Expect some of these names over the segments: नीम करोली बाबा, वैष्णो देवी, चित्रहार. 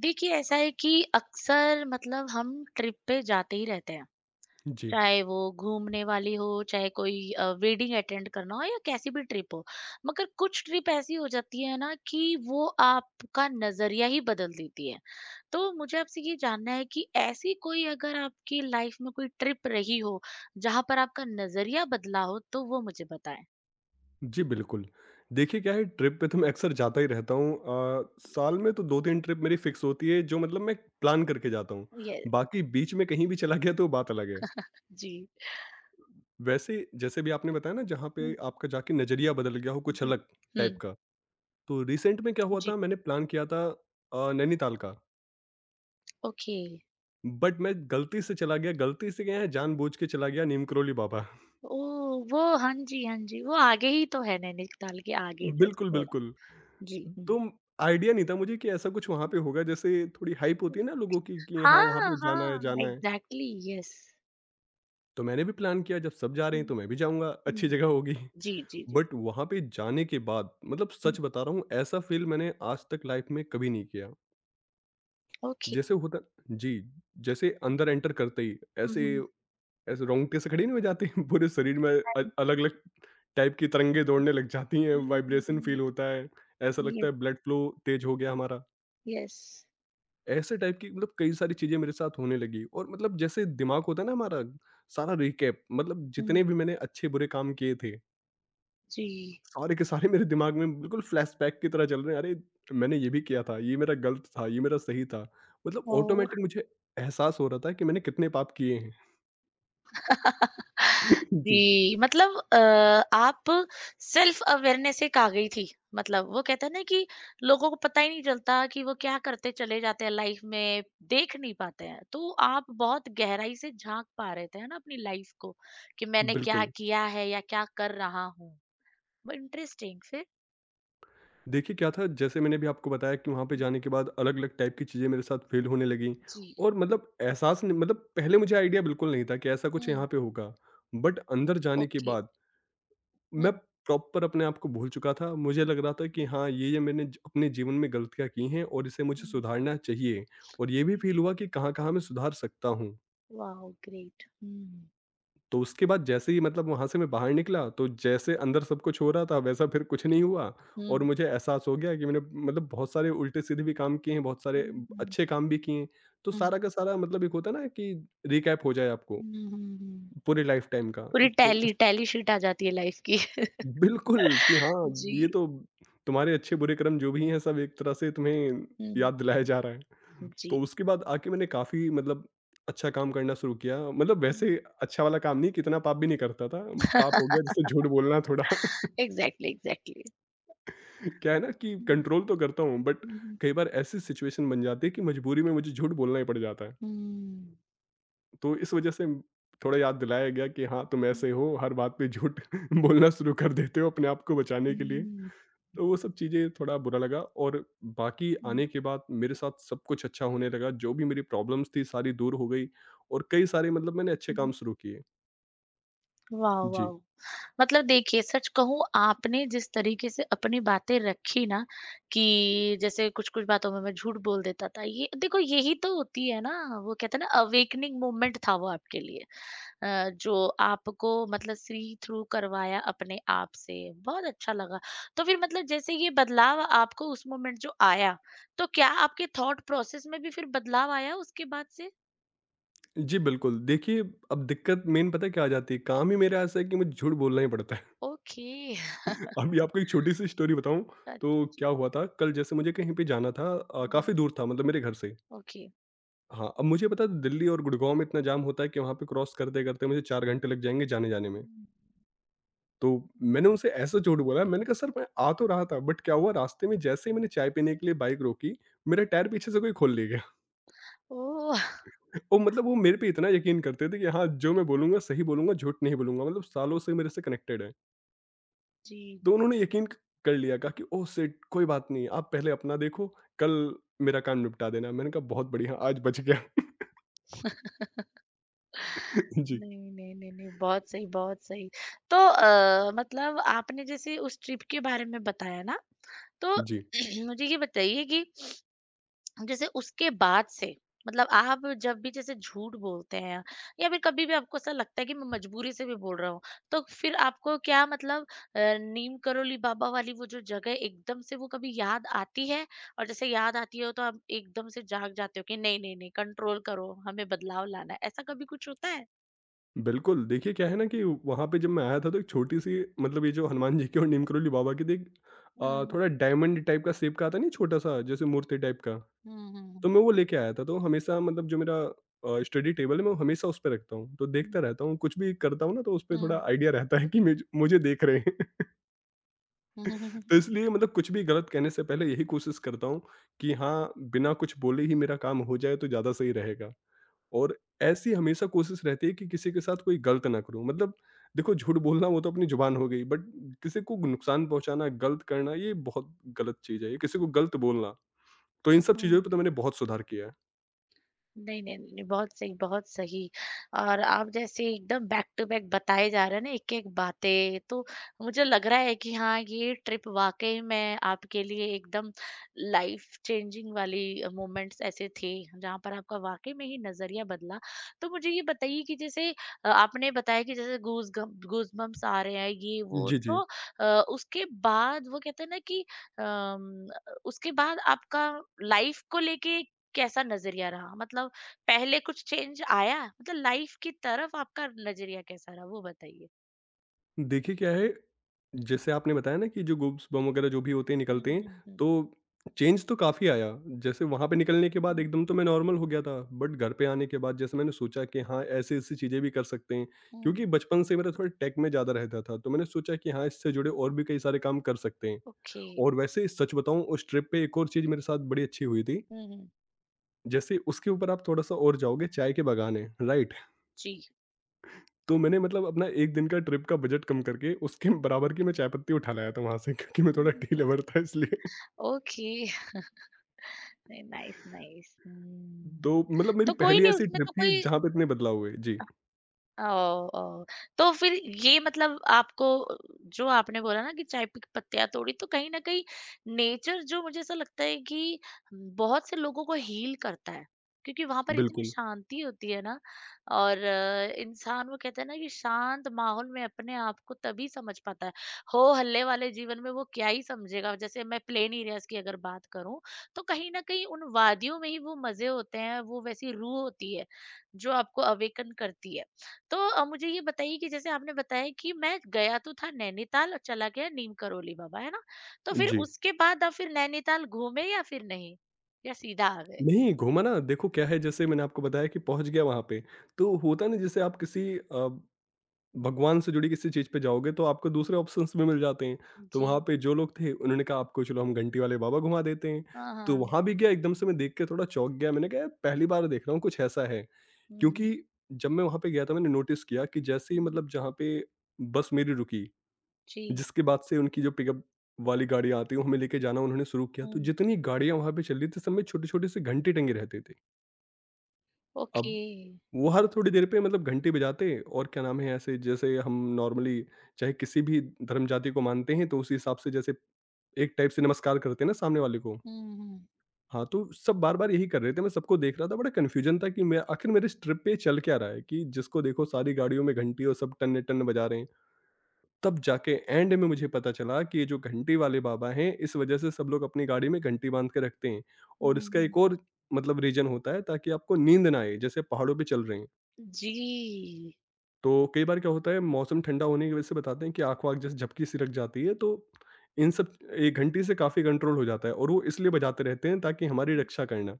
देखिए, ऐसा है कि अक्सर मतलब हम ट्रिप पे जाते ही रहते हैं। जी। चाहे वो घूमने वाली हो, चाहे कोई वेडिंग अटेंड करना हो या कैसी भी ट्रिप हो। मगर कुछ ट्रिप ऐसी हो जाती है ना कि वो आपका नज़रिया ही बदल देती है। तो मुझे आपसे ये जानना है कि ऐसी कोई अगर आपकी लाइफ में कोई ट्रिप रही हो, जहाँ पर आपका नज़रिया बदला हो, तो वो मुझे बताएँ? जी, बिल्कुल। देखिए क्या है, ट्रिप पे तो मैं अक्सर जाता ही रहता हूँ। साल में तो 2-3 ट्रिप मेरी फ़िक्स होती है जो मतलब मैं प्लान करके जाता हूँ। ये बाकी बीच में कहीं भी चला गया तो बात अलग है। जी। वैसे जैसे भी आपने बताया ना जहाँ हुँ, पे आपका जाके नज़रिया बदल गया हो कुछ जी। अलग हुँ, टाइप का। तो रिसेंट में क्या हुआ जी। था, मैंने प्लान किया था नैनीताल का, ओके। बट मैं गलती से चला गया, गलती से गया है जानबूझ के चला गया नीम करोली बाबा। ओह! वो हाँ जी, हाँ जी, वो आगे ही तो है नैनीताल के आगे जस्ट बिल्कुल, थोड़ा। बिल्कुल। जी, हुँ। तो आइडिया नहीं था मुझे कि ऐसा कुछ वहाँ पे होगा। जैसे थोड़ी हाइप होती है ना लोगों की, कि हाँ वहाँ हाँ, पे जाना है हाँ, जाना है, एग्ज़ैक्टली यस। तो मैंने भी प्लान किया जब सब जा रहे हैं हुँ, तो मैं भी जाऊंगा, अच्छी हुँ। जगह होगी। जी, जी, जी। बट वहाँ पे जाने के बाद मतलब हुँ, सच बता रहा हूँ, ऐसा फील मैंने आज तक लाइफ में कभी नहीं किया ओके। जैसे होता। जी। जैसे अंदर एंटर करते ही हुँ, ऐसे हुँ। ऐसे रोंगटे से खड़े नहीं हो जाते पूरे शरीर में। अलग अलग टाइप की तरंगे दौड़ने लग जाती हैं, हुँ, वाइब्रेशन हुँ, फील होता है, ऐसा लगता यस, है ब्लड फ्लो तेज हो गया हमारा। यस। ऐसे टाइप की मतलब कई सारी चीज़ें मेरे साथ होने लगी। और मतलब जैसे दिमाग होता है ना हमारा, सारा रिकैप मतलब हुँ, जितने भी मैंने अच्छे-बुरे काम किए थे, जी। सारे के सारे मेरे दिमाग में बिल्कुल फ्लैशबैक की तरह चल रहे हैं। अरे! मैंने ये भी किया था, ये मेरा गलत था, ये मेरा सही था। मतलब ओह! ऑटोमैटिक मुझे एहसास हो रहा था कि मैंने कितने पाप किए हैं। जी। जी, मतलब आप सेल्फ अवेयरनेस एक आ गई थी। मतलब वो कहते हैं ना कि लोगों को पता ही नहीं चलता कि वो क्या करते चले जाते हैं लाइफ में, देख नहीं पाते हैं। तो आप बहुत गहराई से झाँक पा रहे थे, है ना, अपनी लाइफ को कि मैंने क्या बिल्कुल। किया है या क्या कर रहा हूँ। ब इंटरेस्टिंग फिर? देखिए क्या था, जैसे मैंने भी आपको बताया कि वहाँ पे हुँ। जाने के बाद अलग-अलग टाइप की चीज़ें मेरे साथ फ़ील होने लगीं। जी। और मतलब एहसास नहीं मतलब पहले मुझे आइडिया बिल्कुल नहीं था कि ऐसा कुछ हुँ। यहाँ पे होगा। बट अंदर जाने के ओके। बाद मैं हुँ। प्रॉपर अपने आप को भूल चुका था। मुझे लग रहा था कि हुँ, हाँ, ये-ये मैंने ज अपने जीवन में गलतियाँ की हैं और इसे मुझे हुँ, सुधारना चाहिए, और ये भी हुँ। फ़ील हुआ कि कहाँ-कहाँ मैं सुधार सकता हूँ। Wow great! हुँ, तो उसके बाद जैसे ही मतलब वहाँ से मैं बाहर निकला, तो जैसे अंदर सब कुछ हो रहा था, वैसा फिर कुछ नहीं हुआ। और हुँ, मुझे एहसास हो गया कि मैंने मतलब बहुत सारे उल्टे-सीधे भी काम किए हैं, बहुत सारे हुँ, हुँ, हुँ। अच्छे काम भी किए हैं। तो सारा का सारा मतलब एक होता है ना कि रिकैप हो जाए आपको हुँ, हुँ, हुँ। पूरे लाइफ़ टाइम का, पूरी तो टैली टैली शीट आ जाती है लाइफ की। बिल्कुल, कि हाँ, ये जी। तो तुम्हारे अच्छे-बुरे कर्म जो भी हैं सब एक तरह से तुम्हें हुँ। याद दिलाया जा रहा है। जी। तो उसके बाद आके मैंने काफ़ी मतलब अच्छा काम करना शुरू किया। मतलब हुँ। वैसे अच्छा वाला काम नहीं, कि इतना पाप भी नहीं करता था। पाप हो गया जैसे झूठ बोलना थोड़ा। Exactly, exactly. क्या है ना कि हुँ, कंट्रोल तो करता हूँ, बट हुँ, हुँ। कई बार ऐसी सिचुएशन बन जाती है कि मजबूरी में मुझे झूठ बोलना ही पड़ जाता है। हुँ। तो इस वजह से थोड़ा याद दिलाया गया कि हाँ, तुम ऐसे हो हर बात पे झूठ बोलना शुरू कर देते हो अपने आप को बचाने के लिए। हुँ, तो वो सब चीज़ें थोड़ा बुरा लगा, और बाकी हुँ, आने के बाद मेरे साथ सब कुछ अच्छा होने लगा, जो भी मेरी प्रॉब्लम्स थी सारी दूर हो गई, और कई सारे मतलब मैंने अच्छे हुँ। काम शुरू किए। वाह! वाह! जी। मतलब देखिए सच कहूँ आपने जिस तरीके से अपनी बातें रखी ना कि जैसे कुछ कुछ बातों में मैं झूठ बोल देता था ये देखो यही तो होती है ना वो कहते हैं ना अवेकनिंग मोमेंट था वो आपके लिए जो आपको मतलब सी थ्रू करवाया अपने आप से बहुत अच्छा लगा तो फिर मतलब जैसे ये बदलाव आपको उस मोमेंट जो आया तो क्या आपके थॉट प्रोसेस में भी फिर बदलाव आया उसके बाद से जी, बिल्कुल। देखिए, अब दिक्कत मेन पता है क्या आ जाती है, काम ही मेरा ऐसा है कि मुझे झूठ बोलना ही पड़ता है। ओके अभी आपको एक छोटी-सी स्टोरी बताऊँ, अच्छा तो जी क्या हुआ था कल जैसे मुझे कहीं पे जाना था, हम्म, काफ़ी दूर था मतलब मेरे घर से। ओके हाँ, अब मुझे पता है दिल्ली और गुड़गाँव में इतना जाम होता है कि वहाँ पे क्रॉस करते-करते मुझे 4 घंटे लग जाएँगे जाने-जाने में। तो मैंने उनसे ऐसा झूठ बोला, मैंने कहा सर मैं आ तो रहा था, बट क्या हुआ रास्ते में जैसे ही मैंने चाय पीने के लिए बाइक रोकी, मेरा टायर पीछे से कोई खोल ले गया। ओ वो मतलब वो मेरे पे इतना यकीन करते थे कि हाँ, जो मैं बोलूँगा सही बोलूँगा, झूठ नहीं बोलूँगा, मतलब सालों से मेरे से कनेक्टेड हैं। जी। तो उन्होंने यकीन क कर लिया, कहा कि ओह शिट! कोई बात नहीं, आप पहले अपना देखो, कल मेरा काम निपटा देना। मैंने कहा बहुत बढ़िया आज बच गया। जी, नहीं, नहीं, नहीं, नहीं, बहुत सही, बहुत सही। तो मतलब आपने जैसे उस ट्रिप के बारे में बताया ना, तो जी। मुझे ये बताइए कि जैसे उसके बाद से मतलब आप जब भी जैसे झूठ बोलते हैं या फिर कभी भी आपको ऐसा लगता है कि मैं मजबूरी से भी बोल रहा हूँ, तो फिर आपको क्या मतलब नीम करोली बाबा वाली वो जो जगह एकदम से वो कभी याद आती है? और जैसे याद आती हो तो आप एकदम से जाग जाते हो कि नहीं, नहीं, नहीं कंट्रोल करो, हमें बदलाव लाना है, ऐसा कभी कुछ होता है? बिल्कुल, देखिए क्या है ना कि वहाँ पे जब मैं आया था तो एक छोटी-सी मतलब ये जो हनुमान जी की और नीम करोली बाबा की देख 嗯 थोड़ा डायमंड टाइप का शेप का आता नहीं छोटा-सा जैसे मूर्ति टाइप का, 嗯 तो मैं 嗯 वो लेके आया था। तो हमेशा मतलब जो मेरा स्टडी टेबल है मैं हमेशा उस पे रखता हूँ, तो देखता 嗯 रहता हूँ। कुछ भी करता हूँ ना तो उस पे थोड़ा 嗯 आइडिया रहता है कि मुझे देख रहे हैं। 嗯 तो इसलिए मतलब कुछ भी गलत कहने से पहले यही कोशिश करता हूँ कि हाँ, बिना कुछ बोले ही मेरा काम हो जाए तो ज़्यादा सही रहेगा। और ऐसी हमेशा कोशिश रहती है कि किसी के साथ कोई गलत ना करूँ, मतलब देखो झूठ बोलना वो तो अपनी ज़ुबान हो गई, बट किसी को नुकसान पहुँचाना, गलत करना ये बहुत गलत चीज़ है, ये किसी को गलत बोलना, तो इन सब 嗯。चीज़ों पे तो मैंने बहुत सुधार किया है। नहीं, नहीं, नहीं, बहुत सही, बहुत सही। और आप जैसे एकदम बैक टू बैक बताए जा रहे हैं ना एक-एक बातें, तो मुझे लग रहा है कि हाँ, ये ट्रिप वाक़ई में आपके लिए एकदम लाइफ़ चेंजिंग वाली मोमेंट्स ऐसे थे, जहाँ पर आपका वाक़ई में ही नज़रिया बदला। तो मुझे ये बताइए कि जैसे आपने बताया कि जैसे गूज़बम्प्स आ रहे हैं, ये वो, जी, जी। तो अ, उसके बाद वो कहते हैं ना कि अम, उसके बाद आपका लाइफ़ को लेके कैसा नज़रिया रहा? मतलब पहले कुछ चेंज आया? मतलब लाइफ की तरफ आपका नज़रिया कैसा रहा? वो बताइए। देखिए क्या है, जैसे आपने बताया ना कि जो गूब्स बम वगैरह जो भी होते हैं हुँ, निकलते हैं, हुँ, हुँ, तो चेंज तो काफ़ी आया। जैसे वहाँ पे निकलने के बाद हुँ, एकदम तो मैं नॉर्मल हो गया था, बट घर पे आने के बाद जैसे मैंने सोचा कि हाँ, ऐसी-ऐसी चीज़ें भी कर सकते हैं। हुँ। क्योंकि बचपन से मेरा थोड़ा टेक में ज़्यादा रहता था, तो मैंने सोचा कि हाँ, इससे जुड़े और भी कई सारे काम कर सकते हैं। ओके। और वैसे सच बताऊँ, उस ट्रिप पे एक और चीज़ मेरे साथ बड़ी अच्छी हुई थी। हुँ, हुँ। जैसे उसके ऊपर आप थोड़ा-सा और जाओगे, चाय के बागान हैं, राइट? जी। तो मैंने मतलब अपना 1 दिन का ट्रिप का बजट कम करके उसके बराबर की मैं चाय पत्ती उठा लाया था वहाँ से, क्योंकि मैं थोड़ा हुँ। टी लवर था इसलिए। ओके। Nice, nice. तो हुँ। मतलब मेरी तो कोई पहली नहीं ऐसी उसमें ट्रिप तो थी कोई जहाँ पे इतने बदलाव हुए। जी, ओह! ओह! तो फिर ये मतलब आपको जो आपने बोला ना कि चाय पे पत्तियाँ तोड़ी, तो कहीं न कहीं नेचर जो मुझे ऐसा लगता है कि बहुत से लोगों को हील करता है, क्योंकि वहाँ पर इतनी बिल्कुल। शांति होती है ना और इंसान वो कहते हैं ना कि शांत माहौल में अपने आप को तभी समझ पाता है, हो-हल्ले वाले जीवन में वो क्या ही समझेगा। जैसे मैं प्लेन एरियाज़ की अगर बात करूँ, तो कहीं न कहीं उन वादियों में ही वो मज़े होते हैं, वो वैसी रूह होती है, जो आपको अवेकन करती है। तो मुझे ये बताइए कि जैसे आपने बताया कि मैं गया तो था नैनीताल और चला गया नीम करोली बाबा, है ना? तो फिर जी। उसके बाद आप फिर नैनीताल घूमे या फिर नहीं? या सीधा आ गए? नहीं, घूमा ना। देखो क्या है, जैसे मैंने आपको बताया कि पहुँच गया वहाँ पे, तो होता ना जैसे आप किसी भगवान से जुड़ी किसी चीज़ पे जाओगे तो आपको दूसरे ऑप्शंस भी मिल जाते हैं। तो जी। वहाँ पे जो लोग थे उन्होंने कहा आपको चलो हम घंटी वाले बाबा घुमा देते हैं। हाँ, तो हाँ। वहाँ भी गया, एकदम से मैं देख के थोड़ा चौंक गया, मैंने कहा यार पहली बार देख रहा हूँ कुछ ऐसा है। हुँ, क्योंकि जब मैं वहाँ पे गया था मैंने नोटिस किया कि जैसे ही हुँ। मतलब जहाँ पे बस मेरी रुकी, जी। जिसके बाद से उनकी जो पिकअप वाली गाड़ियाँ आती हैं हमें लेके जाना उन्होंने शुरू किया, तो हुँ। जितनी गाड़ियाँ वहाँ पे चल रही थी सब में छोटे छोटे से घंटे टंगे रहते थे। ओके। अब वो हर थोड़ी देर पे मतलब घंटे बजाते और क्या नाम है, ऐसे जैसे हम नॉर्मली चाहे किसी भी धर्म जाति को मानते हैं तो उसी हिसाब से जैसे एक टाइप से नमस्कार करते हैं ना सामने वाले को। हुँ, हुँ। हाँ, तो सब बार-बार यही कर रहे थे, मैं सबको देख रहा था, बड़ा कन्फ्यूजन था कि मैं आखिर मेरे इस ट्रिप पे चल क्या रहा है कि जिसको देखो सारी गाड़ियों में घंटी, और सब टन्न-टन्न बजा रहे हैं। तब जाके एंड में मुझे पता चला कि ये जो घंटी वाले बाबा हैं, इस वजह से सब लोग अपनी गाड़ी में घंटी बाँध के रखते हैं, और हुँ, इसका हुँ। एक और मतलब रीज़न होता है ताकि आपको नींद ना आए, जैसे पहाड़ों पे चल रहे हैं। जी। तो कई बार क्या होता है मौसम ठंडा होने की वजह से बताते हैं कि आँख वाँख जैसे झपकी सी लग जाती है, तो इन सब एक घंटी से काफ़ी कंट्रोल हो जाता है, और वो इसलिए बजाते रहते हैं ताकि हमारी हुँ, रक्षा करना।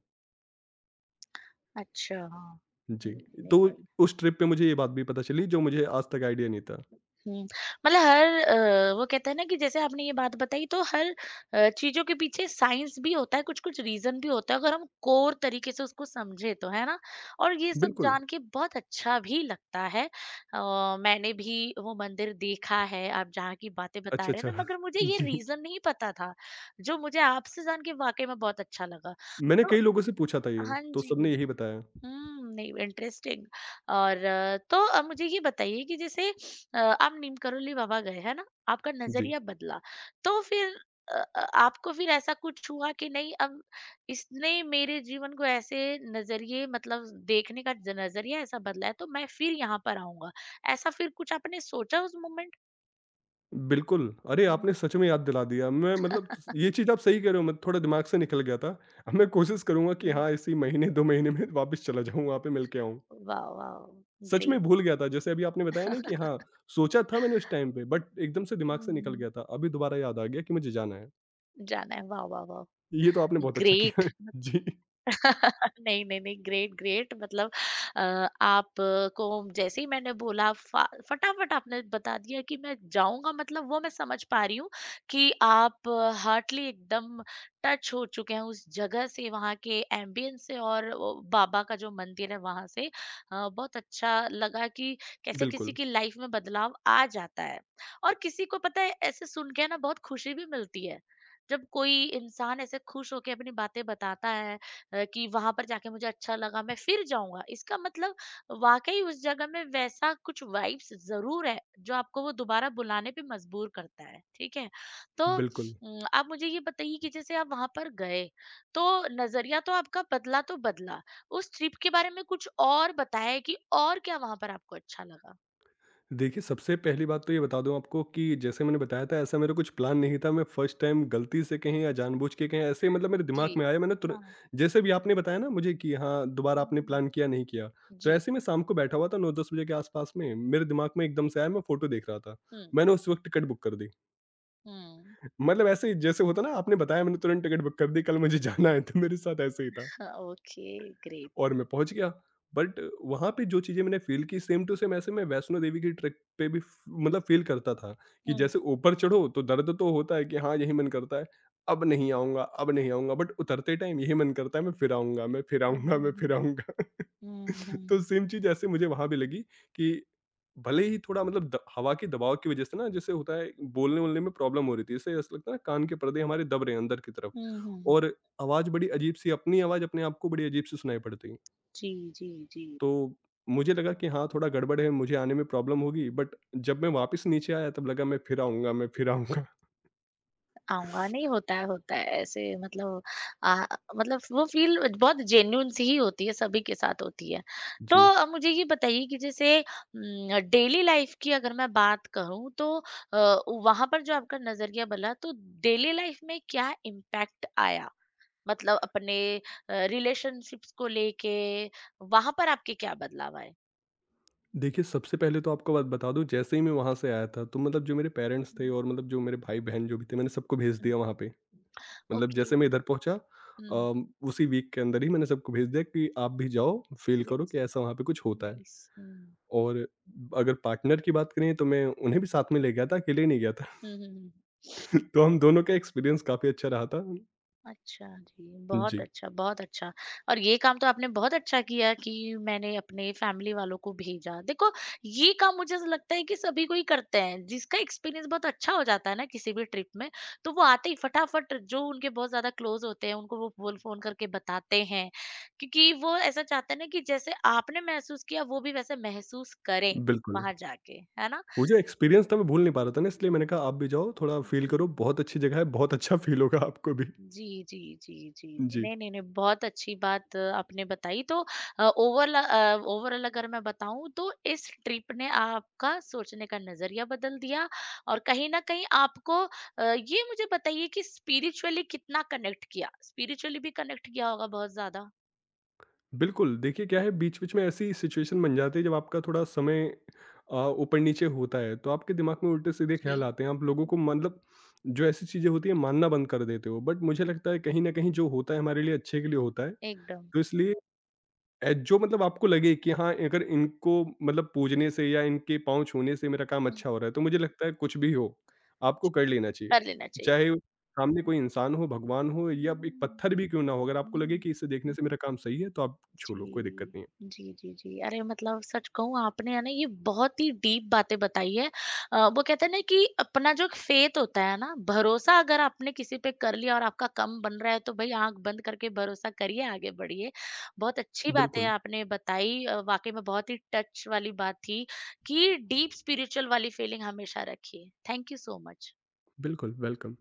अच्छा। हाँ। जी, तो उस ट्रिप पे मुझे ये बात भी पता चली जो मुझे आज तक आईडिया नहीं था। हुँ, मतलब हर वो कहते हैं ना कि जैसे आपने ये बात बताई तो हर चीज़ों के पीछे साइंस भी होता है, कुछ-कुछ रीज़न भी होता है अगर हम कोर तरीके से उसको समझे तो, है ना? और ये सब बिल्कुल, जान के बहुत अच्छा भी लगता है। मैंने भी वो मंदिर देखा है, आप जहाँ की बातें बता अच्छा, रहे हैं ना, अच्छा। मगर मुझे ये जी, रीज़न नहीं पता था, जो मुझे आपसे जान के वाक़ई में बहुत अच्छा लगा। मैंने तो कई लोगों से पूछा था ये, हाँ तो जी। सबने यही बताया। हुँ, नहीं इंटरेस्टिंग और तो मुझे ये बताइए कि जैसे आप नीम करोली बाबा गए, है ना? आपका जी, नज़रिया बदला, तो फिर आपको फिर ऐसा कुछ हुआ कि नहीं अब इसने मेरे जीवन को ऐसे नज़रिए मतलब देखने का ज नज़रिया ऐसा बदला है, तो मैं फिर यहाँ पर आऊँगा। ऐसा फिर कुछ आपने सोचा उस मोमेंट? बिल्कुल, अरे हुँ। आपने सच में याद दिला दिया। मैं हुँ। मतलब ये चीज़ आप सही कह रहे हो, मैं थोड़ा दिमाग से निकल गया था। अब मैं कोशिश करूँगा कि हाँ, इसी महीने 2 महीने में वापस चला जाऊँ, वहाँ पे मिल के आऊँ। वाह! वाह! सच ग्रेट। में भूल गया था, जैसे अभी आपने बताया ना कि हाँ, सोचा था मैंने उस टाइम पे हुँ, बट एकदम से दिमाग से हुँ, निकल हुँ। गया था। अभी दोबारा याद आ गया कि मुझे जाना है। जाना है, वाह, वाह, वाह! ये तो आपने बहुत अच्छा किया ग्रेट। है। जी, नहीं, नहीं, नहीं, ग्रेट, ग्रेट मतलब अ, आपको जैसे ही मैंने बोला फ़ा फटाफट आपने बता दिया कि मैं जाऊँगा मतलब वो मैं समझ पा रही हूँ कि आप हार्टली एकदम टच हो चुके हैं उस जगह से, वहाँ के एम्बियंस से और वो बाबा का जो मंदिर है वहाँ से। बहुत अच्छा लगा कि कैसे किसी बिल्कुल। की लाइफ़ में बदलाव आ जाता है और किसी को पता है ऐसे सुन के ना बहुत खुशी भी मिलती है। जब कोई इंसान ऐसे खुश होके अपनी बातें बताता है कि वहाँ पर जाके मुझे अच्छा लगा मैं फिर जाऊँगा। इसका मतलब वाक़ई उस जगह में वैसा कुछ वाइब्स ज़रूर है, जो आपको वो दोबारा बुलाने पे मजबूर करता है, ठीक है? तो बिल्कुल। आप मुझे ये बताइए कि जैसे आप वहाँ पर गए, तो नज़रिया तो आपका बदला तो बदला, उस ट्रिप के बारे में कुछ और बताएँ कि और क्या वहाँ पर आपको अच्छा लगा? देखिए, सबसे पहली बात तो ये बता दूँ आपको कि जैसे मैंने बताया था ऐसा मेरा कुछ प्लान नहीं था। मैं फर्स्ट टाइम गलती से कहें या जानबूझ के कहें, ऐसे ही मतलब मेरे जी। दिमाग में आया, मैंने तुर हाँ। जैसे भी आपने बताया ना मुझे कि हाँ, दोबारा आपने हुँ। प्लान किया नहीं किया। तो जी। ऐसे ही मैं शाम को बैठा हुआ था, 9-10 बजे के आस-पास में, मेरे दिमाग में एकदम से आया, मैं फ़ोटो देख रहा था। हुँ, मैंने उस वक़्त टिकट बुक कर दी। हुँ। मतलब ऐसे ही जैसे होता है ना, आपने बताया, मैंने तुरंत टिकट बुक कर दी कल मुझे जाना है, तो मेरे साथ ऐसे ही था। ओके और ग्रेट। मैं पहुँच गया। बट वहाँ पे जो चीज़ें मैंने फ़ील की सेम टू सेम, ऐसे मैं वैष्णो देवी की ट्रिप पे भी फ मतलब फ़ील करता था कि जैसे ऊपर चढ़ो तो दर्द तो होता है कि हाँ, यही मन करता है, अब नहीं आऊँगा, अब नहीं आऊँगा। बट उतरते टाइम यही मन करता है, मैं फिर आऊँगा, मैं फिर हुँ, आऊँगा, हुँ, मैं हुँ। फिर आऊँगा। हुँ, तो सेम चीज़ ऐसे मुझे वहाँ भी लगी कि भले ही थोड़ा मतलब द हवा के दबाव की वज़ह से ना, जैसे होता है, बोलने-वोलने में प्रॉब्लम हो रही थी। इससे ऐसा लगता है ना, कान के पर्दे हमारे दब रहे हैं अंदर की तरफ, हुँ, हुँ। और आवाज़ बड़ी अजीब-सी अपनी आवाज़ अपने आप को बड़ी अजीब-सी सुनाई पड़ती। जी, जी, जी। तो मुझे लगा कि हाँ, थोड़ा गड़बड़ है, मुझे आने में प्रॉब्लम होगी, बट जब मैं वापस नीचे आया तब लगा मैं फिर आऊँगा, मैं फिर आऊँगा। आऊँगा, नहीं होता है, होता है ऐसे मतलब अ, मतलब वो फ़ील बहुत जेन्युइन सी ही होती है, सभी के साथ होती है। तो जी। मुझे ये बताइए कि जैसे डेली लाइफ़ की अगर मैं बात करूँ तो वहाँ पर जो आपका नज़रिया बदला तो डेली लाइफ़ में क्या इम्पैक्ट आया? मतलब अपने रिलेशनशिप्स को लेके वहाँ पर आपके क्या बदलाव आए? देखिए, सबसे पहले तो आपको बात बता दूँ, जैसे ही मैं वहाँ से आया था तो मतलब जो मेरे पेरेंट्स थे हुँ, और मतलब जो मेरे भाई-बहन जो भी थे, मैंने सबको भेज हुँ, दिया वहाँ पे। मतलब ओके, जैसे मैं इधर पहुँचा हुँ, उसी वीक के अंदर ही मैंने सबको भेज दिया कि आप भी जाओ, फ़ील करो कि यस, ऐसा वहाँ पे कुछ होता है। नाइस, हुँ। और अगर पार्टनर की बात करें तो मैं उन्हें भी साथ में ले गया था, अकेले नहीं गया था। हुँ, हुँ, हुँ। तो हम दोनों का एक्सपीरियंस काफ़ी अच्छा रहा था। अच्छा जी, बहुत जी, अच्छा, बहुत अच्छा। और ये काम तो आपने बहुत अच्छा किया कि मैंने अपने फैमिली वालों को भेजा। देखो ये काम मुझे ऐसा लगता है कि सभी को ही करते हैं, जिसका एक्सपीरियंस बहुत अच्छा हो जाता है ना किसी भी ट्रिप में, तो वो आते ही फटाफट जो उनके बहुत ज़्यादा क्लोज़ होते हैं, उनको वो बोल फ़ोन करके बताते हैं। क्योंकि वो ऐसा चाहते हैं ना कि जैसे आपने महसूस किया, वो भी वैसे महसूस करें बिल्कुल। वहाँ जाके, है ना? वो जो एक्सपीरियंस था मैं भूल नहीं पा रहा था ना, हुँ। इसलिए मैंने कहा आप भी जाओ थोड़ा फ़ील जी। करो, बहुत अच्छी जगह है, बहुत अच्छा फ़ील होगा आपको भी। जी, जी, जी, जी। जी, नहीं, नहीं, नहीं, बहुत अच्छी बात आपने बताई तो ओवरऑल अगर मैं बताऊँ तो इस ट्रिप ने आपका सोचने का नज़रिया बदल दिया और कहीं न कहीं आपको ये मुझे बताइए कि स्पिरिचुअली कितना कनेक्ट किया? स्पिरिचुअली भी कनेक्ट किया होगा बहुत ज़्यादा? बिल्कुल। देखिए क्या है, हुँ। बीच-बीच में ऐसी सिचुएशन बन जाती है जब आपका थोड़ा समय अ, ऊपर-नीचे होता है, तो आपके दिमाग में उल्टे-सीधे जी। ख़्याल आते हैं। आप लोगों हुँ, को मतलब जो ऐसी चीज़ें होती हैं मानना बंद कर देते हो, बट मुझे हुँ। लगता है कहीं न कहीं जो होता है हमारे लिए अच्छे के लिए होता है, एकदम। तो इसलिए जो मतलब आपको लगे कि हाँ, अगर इनको मतलब पूजने से या इनके पाँव छूने से मेरा काम हुँ, अच्छा हो रहा है, तो मुझे लगता है कुछ भी हो, आपको जी। कर लेना चाहिए। कर लेना चाहिए। चाहे सामने हुँ। कोई इंसान हो, भगवान हो या एक पत्थर भी क्यों ना हो, अगर हुँ, आपको लगे हुँ। कि इसे देखने से मेरा काम सही है, तो आप छू लो, कोई दिक्कत जी। नहीं है। जी, जी, जी। अरे मतलब सच कहूँ आपने है ना ये बहुत ही डीप बातें बताई है। वो कहते हैं ना कि अपना जो फेथ होता है ना, भरोसा अगर आपने किसी पे कर लिया और आपका कम बन रहा है तो भई आँख बंद करके भरोसा करिए, आगे बढ़िए। बहुत अच्छी बातें बिल्कुल, आपने बताई वाक़ई में बहुत ही टच वाली बात थी कि डीप स्पिरिचुअल वाली फीलिंग हमेशा रखिए। Thank you so much. बिल्कुल, वेलकम।